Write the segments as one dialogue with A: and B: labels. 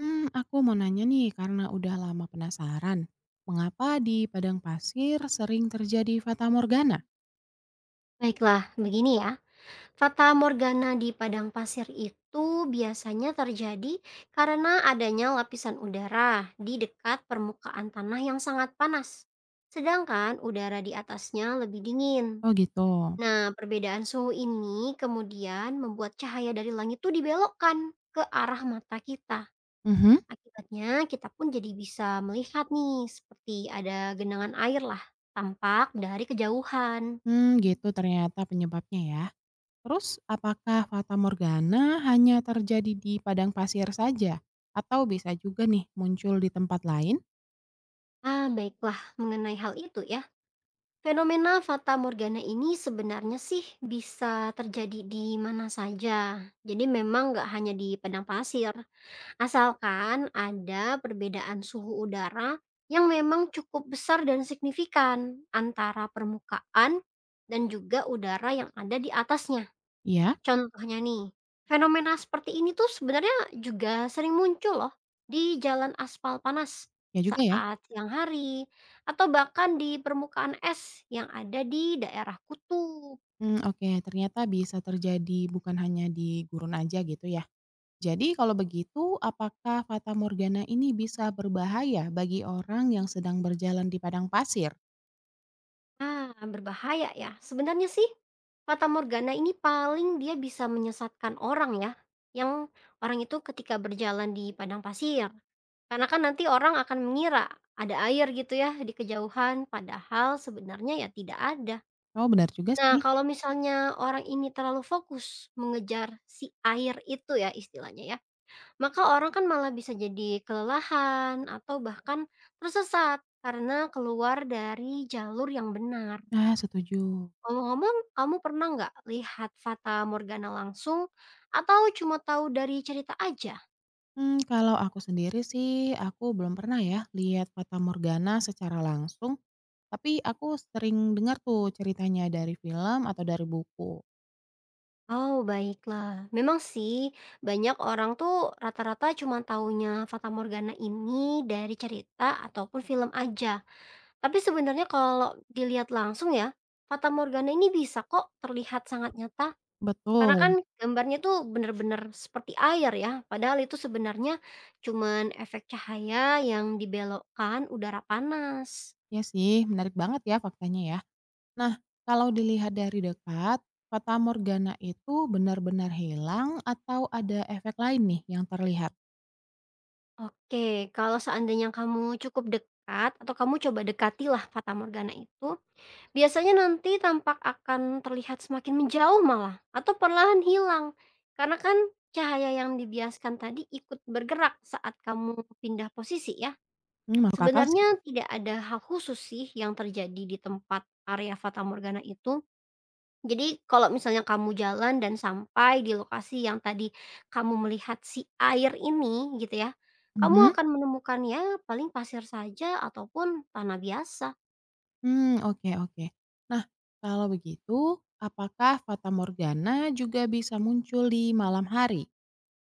A: Hmm, aku mau nanya nih, karena udah lama penasaran, mengapa di padang pasir sering terjadi fata morgana?
B: Baiklah, begini ya. Fata Morgana di padang pasir itu biasanya terjadi karena adanya lapisan udara di dekat permukaan tanah yang sangat panas. Sedangkan udara di atasnya lebih dingin.
A: Oh gitu.
B: Nah, perbedaan suhu ini kemudian membuat cahaya dari langit itu dibelokkan ke arah mata kita.
A: Mhm.
B: Akibatnya kita pun jadi bisa melihat nih seperti ada genangan air lah tampak dari kejauhan.
A: Hmm, gitu ternyata penyebabnya ya. Terus, apakah fata morgana hanya terjadi di padang pasir saja? Atau bisa juga nih muncul di tempat lain?
B: Ah, baiklah mengenai hal itu ya. Fenomena fata morgana ini sebenarnya sih bisa terjadi di mana saja. Jadi memang nggak hanya di padang pasir, asalkan ada perbedaan suhu udara yang memang cukup besar dan signifikan antara permukaan dan juga udara yang ada di atasnya.
A: Iya,
B: Contohnya nih, fenomena seperti ini tuh sebenarnya juga sering muncul loh di jalan aspal panas
A: ya juga ya.
B: saat siang hari atau bahkan di permukaan es yang ada di daerah kutub.
A: Hmm, oke, ternyata bisa terjadi bukan hanya di gurun aja gitu ya. Jadi kalau begitu, apakah fata morgana ini bisa berbahaya bagi orang yang sedang berjalan di padang pasir?
B: Ah, berbahaya ya. Sebenarnya sih Fata Morgana ini paling dia bisa menyesatkan orang ya. Yang orang itu ketika berjalan di padang pasir. Karena kan nanti orang akan mengira ada air gitu ya di kejauhan padahal sebenarnya ya tidak ada.
A: Oh, benar juga
B: Nah,
A: sih.
B: kalau misalnya orang ini terlalu fokus mengejar si air itu ya istilahnya ya, maka orang kan malah bisa jadi kelelahan atau bahkan tersesat karena keluar dari jalur yang benar.
A: Nah, setuju.
B: Ngomong-ngomong, kamu pernah nggak lihat Fata Morgana langsung atau cuma tahu dari cerita aja?
A: Hmm, kalau aku sendiri sih, aku belum pernah ya lihat fata morgana secara langsung. Tapi aku sering dengar tuh ceritanya dari film atau dari buku.
B: Oh, baiklah. Memang sih banyak orang tuh rata-rata cuma taunya Fata Morgana ini dari cerita ataupun film aja. Tapi sebenarnya kalau dilihat langsung ya, fata morgana ini bisa kok terlihat sangat nyata, karena kan
A: Betul.
B: gambarnya tuh bener-bener seperti air ya, padahal itu sebenarnya cuman efek cahaya yang dibelokkan udara panas.
A: Ya sih, menarik banget ya faktanya ya. Nah, kalau dilihat dari dekat, fata morgana itu benar-benar hilang atau ada efek lain nih yang terlihat?
B: Oke, kalau seandainya kamu cukup dekat atau kamu coba dekatilah fata morgana itu, biasanya nanti tampak akan terlihat semakin menjauh malah atau perlahan hilang, karena kan cahaya yang dibiaskan tadi ikut bergerak saat kamu pindah posisi ya.
A: Mmm, masuk akal sih.
B: Sebenarnya tidak ada hal khusus sih yang terjadi di tempat area Fata Morgana itu. Jadi kalau misalnya kamu jalan dan sampai di lokasi yang tadi kamu melihat si air ini gitu ya, kamu
A: Mhm.
B: akan menemukan ya paling pasir saja ataupun tanah biasa.
A: Mmm, oke oke. Nah, kalau begitu, apakah fatamorgana juga bisa muncul di malam hari?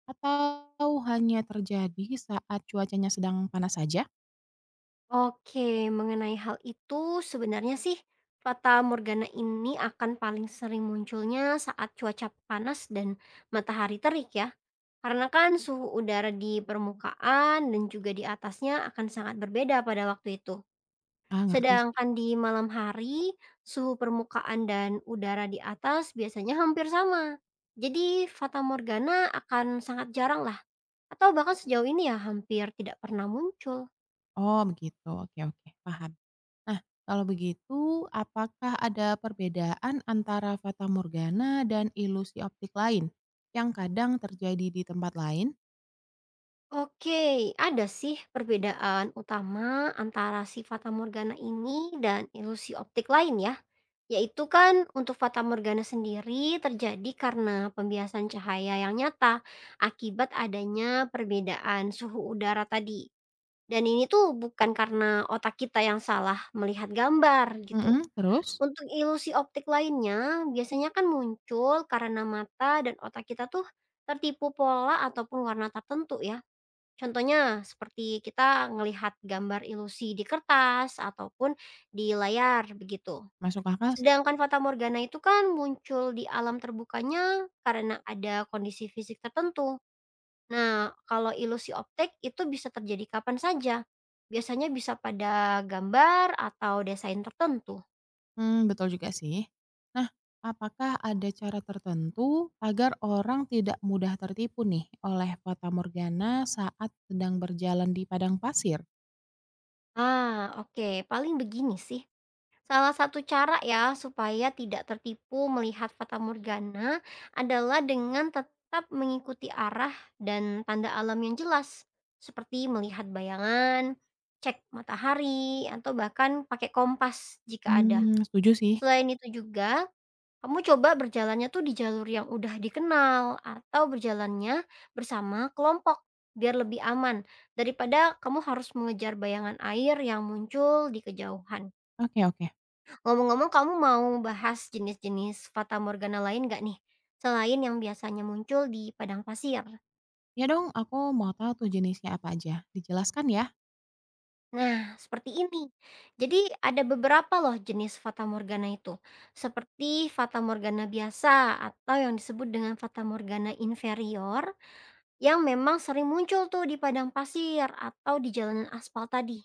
A: Atau hanya terjadi saat cuacanya sedang panas saja?
B: Oke, mengenai hal itu sebenarnya sih fata morgana ini akan paling sering munculnya saat cuaca panas dan matahari terik ya. Karena kan suhu udara di permukaan dan juga di atasnya akan sangat berbeda pada waktu itu.
A: Ah, ngerti sih.
B: Sedangkan di malam hari, suhu permukaan dan udara di atas biasanya hampir sama. Jadi fata morgana akan sangat jarang lah atau bahkan sejauh ini ya hampir tidak pernah muncul.
A: Oh, begitu. Oke oke, paham. Nah, kalau begitu, apakah ada perbedaan antara fatamorgana dan ilusi optik lain, yang kadang terjadi di tempat lain?
B: Oke, ada sih perbedaan utama antara si Fata Morgana ini dan ilusi optik lain ya. Yaitu kan untuk Fata Morgana sendiri terjadi karena pembiasan cahaya yang nyata akibat adanya perbedaan suhu udara tadi. Dan ini tuh bukan karena otak kita yang salah melihat gambar gitu.
A: Mhm, terus?
B: Untuk ilusi optik lainnya biasanya kan muncul karena mata dan otak kita tuh tertipu pola ataupun warna tertentu ya. Contohnya seperti kita ngelihat gambar ilusi di kertas ataupun di layar begitu.
A: Masuk akal sih.
B: Sedangkan fata morgana itu kan muncul di alam terbukanya karena ada kondisi fisik tertentu. Nah, kalau ilusi optik itu bisa terjadi kapan saja. Biasanya bisa pada gambar atau desain tertentu.
A: Mmm, betul juga sih. Nah, apakah ada cara tertentu agar orang tidak mudah tertipu nih oleh fata morgana saat sedang berjalan di padang pasir?
B: Ah, oke, paling begini sih. Salah satu cara ya supaya tidak tertipu melihat fata morgana adalah dengan tetap mengikuti arah dan tanda alam yang jelas seperti melihat bayangan, cek matahari, atau bahkan pakai kompas jika ada.
A: Mmm, setuju sih.
B: Selain itu juga, kamu coba berjalannya tuh di jalur yang udah dikenal atau berjalannya bersama kelompok biar lebih aman daripada kamu harus mengejar bayangan air yang muncul di kejauhan.
A: Oke oke.
B: Ngomong-ngomong kamu mau bahas jenis-jenis fata morgana lain nggak nih? Selain yang biasanya muncul di padang pasir.
A: Ya dong, aku mau tahu tuh jenisnya apa aja, dijelaskan ya.
B: Nah, seperti ini. Jadi ada beberapa loh jenis fata morgana itu. Seperti fata morgana biasa atau yang disebut dengan fata morgana inferior yang memang sering muncul tuh di padang pasir atau di jalanan aspal tadi.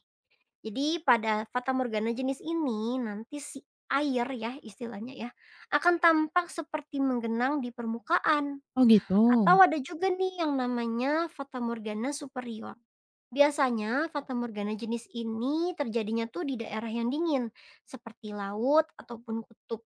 B: Jadi pada fata morgana jenis ini nanti si air ya istilahnya ya akan tampak seperti menggenang di permukaan.
A: Oh gitu.
B: Atau ada juga nih yang namanya fata morgana superior. Biasanya fata morgana jenis ini terjadinya tuh di daerah yang dingin, seperti laut ataupun kutub.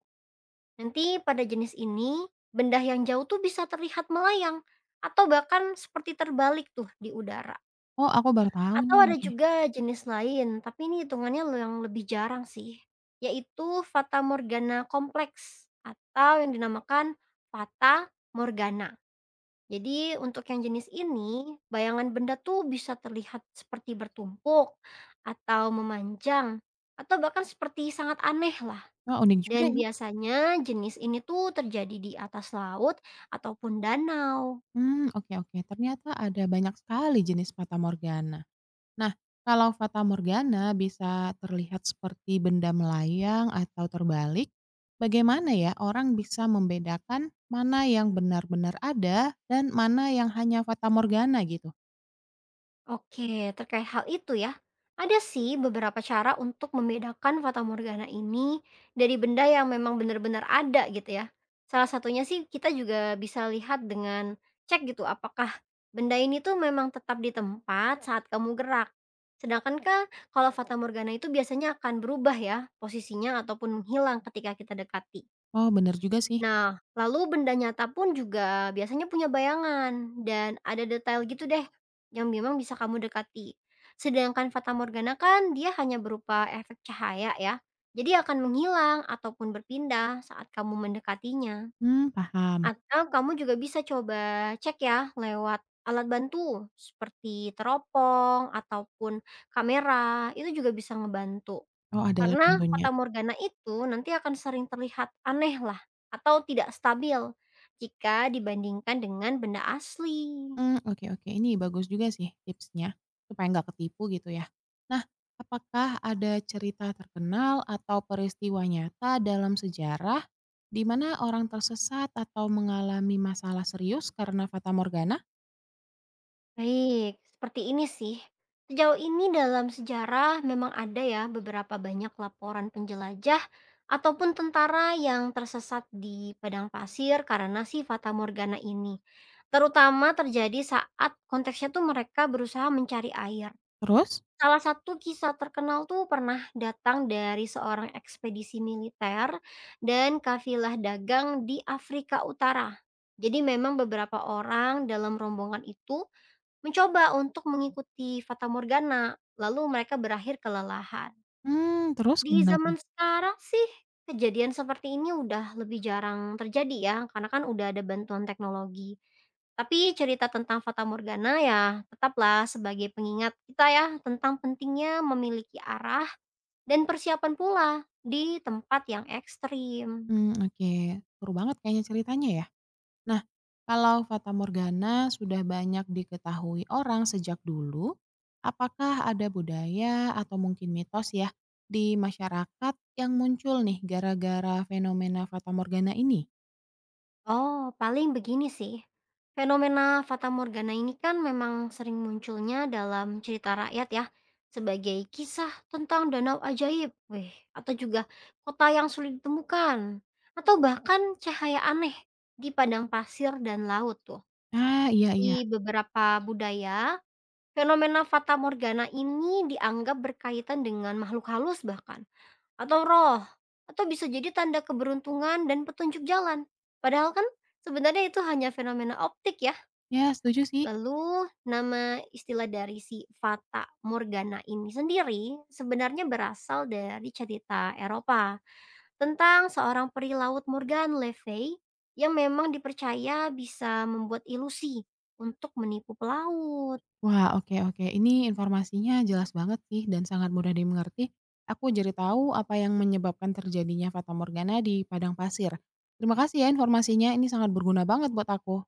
B: Nanti pada jenis ini, benda yang jauh tuh bisa terlihat melayang, atau bahkan seperti terbalik tuh di udara.
A: Oh, aku baru tahu
B: Atau ada
A: nih.
B: juga jenis lain, tapi ini hitungannya yang lebih jarang sih, yaitu fata morgana kompleks, atau yang dinamakan fata morgana. Jadi untuk yang jenis ini, bayangan benda tuh bisa terlihat seperti bertumpuk atau memanjang atau bahkan seperti sangat aneh lah.
A: Wah, unik juga
B: Dan
A: ya.
B: biasanya jenis ini tuh terjadi di atas laut ataupun danau.
A: Mmm, oke oke, ternyata ada banyak sekali jenis fata morgana. Nah, kalau fata morgana bisa terlihat seperti benda melayang atau terbalik, bagaimana ya orang bisa membedakan mana yang benar-benar ada dan mana yang hanya fata morgana gitu?
B: Oke, terkait hal itu ya, ada sih beberapa cara untuk membedakan fata morgana ini dari benda yang memang benar-benar ada gitu ya. Salah satunya sih kita juga bisa lihat dengan cek gitu apakah benda ini tuh memang tetap di tempat saat kamu gerak. Sedangkan kan kalau fata morgana itu biasanya akan berubah ya posisinya ataupun menghilang ketika kita dekati.
A: Oh, benar juga sih.
B: Nah, lalu benda nyata pun juga biasanya punya bayangan dan ada detail gitu deh yang memang bisa kamu dekati. Sedangkan Fata Morgana kan dia hanya berupa efek cahaya ya. Jadi akan menghilang ataupun berpindah saat kamu mendekatinya.
A: Mmm, paham.
B: Atau kamu juga bisa coba cek ya lewat alat bantu seperti teropong ataupun kamera. Itu juga bisa ngebantu.
A: Oh, ada. Oh, lah
B: Karena
A: tentunya.
B: fata morgana itu nanti akan sering terlihat aneh lah atau tidak stabil jika dibandingkan dengan benda asli.
A: Hmm, oke oke, ini bagus juga sih tipsnya, supaya nggak ketipu gitu ya. Nah, apakah ada cerita terkenal atau peristiwa nyata dalam sejarah, di mana orang tersesat atau mengalami masalah serius karena fata morgana?
B: Baik, seperti ini sih. Sejauh ini dalam sejarah memang ada ya beberapa banyak laporan penjelajah ataupun tentara yang tersesat di padang pasir karena si fata morgana ini. Terutama terjadi saat konteksnya tuh mereka berusaha mencari air.
A: Terus?
B: Salah satu kisah terkenal tuh pernah datang dari seorang ekspedisi militer dan kafilah dagang di Afrika Utara. Jadi memang beberapa orang dalam rombongan itu mencoba untuk mengikuti Fata Morgana, lalu mereka berakhir kelelahan.
A: Hmm, terus
B: Di
A: gimana tuh?
B: zaman sekarang sih, kejadian seperti ini udah lebih jarang terjadi ya, karena kan udah ada bantuan teknologi. Tapi cerita tentang fata morgana ya tetaplah sebagai pengingat kita ya tentang pentingnya memiliki arah dan persiapan pula di tempat yang ekstrim.
A: Hmm, oke, seru banget kayaknya ceritanya ya. Nah, kalau fata morgana sudah banyak diketahui orang sejak dulu, apakah ada budaya atau mungkin mitos ya di masyarakat yang muncul nih gara-gara fenomena fata morgana ini?
B: Oh, paling begini sih. Fenomena Fata Morgana ini kan memang sering munculnya dalam cerita rakyat ya, sebagai kisah tentang danau ajaib, weh, atau juga kota yang sulit ditemukan, atau bahkan cahaya aneh di padang pasir dan laut tuh.
A: Ah, iya iya.
B: Di beberapa budaya, fenomena Fata Morgana ini dianggap berkaitan dengan makhluk halus bahkan. Atau roh, atau bisa jadi tanda keberuntungan dan petunjuk jalan. Padahal kan sebenarnya itu hanya fenomena optik ya.
A: Ya, setuju sih.
B: Lalu nama istilah dari si Fata Morgana ini sendiri sebenarnya berasal dari cerita Eropa tentang seorang peri laut Morgan Le Fay yang memang dipercaya bisa membuat ilusi untuk menipu pelaut.
A: Wah, oke oke. Ini informasinya jelas banget sih dan sangat mudah dimengerti. Aku jadi tahu apa yang menyebabkan terjadinya fata morgana di padang pasir. Terima kasih ya informasinya, ini sangat berguna banget buat aku.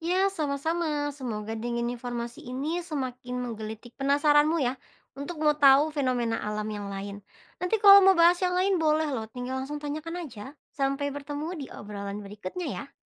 B: Ya, sama-sama. Semoga dengan informasi ini semakin menggelitik penasaranmu ya untuk mau tahu fenomena alam yang lain. Nanti kalau mau bahas yang lain boleh loh, tinggal langsung tanyakan aja. Sampai bertemu di obrolan berikutnya ya.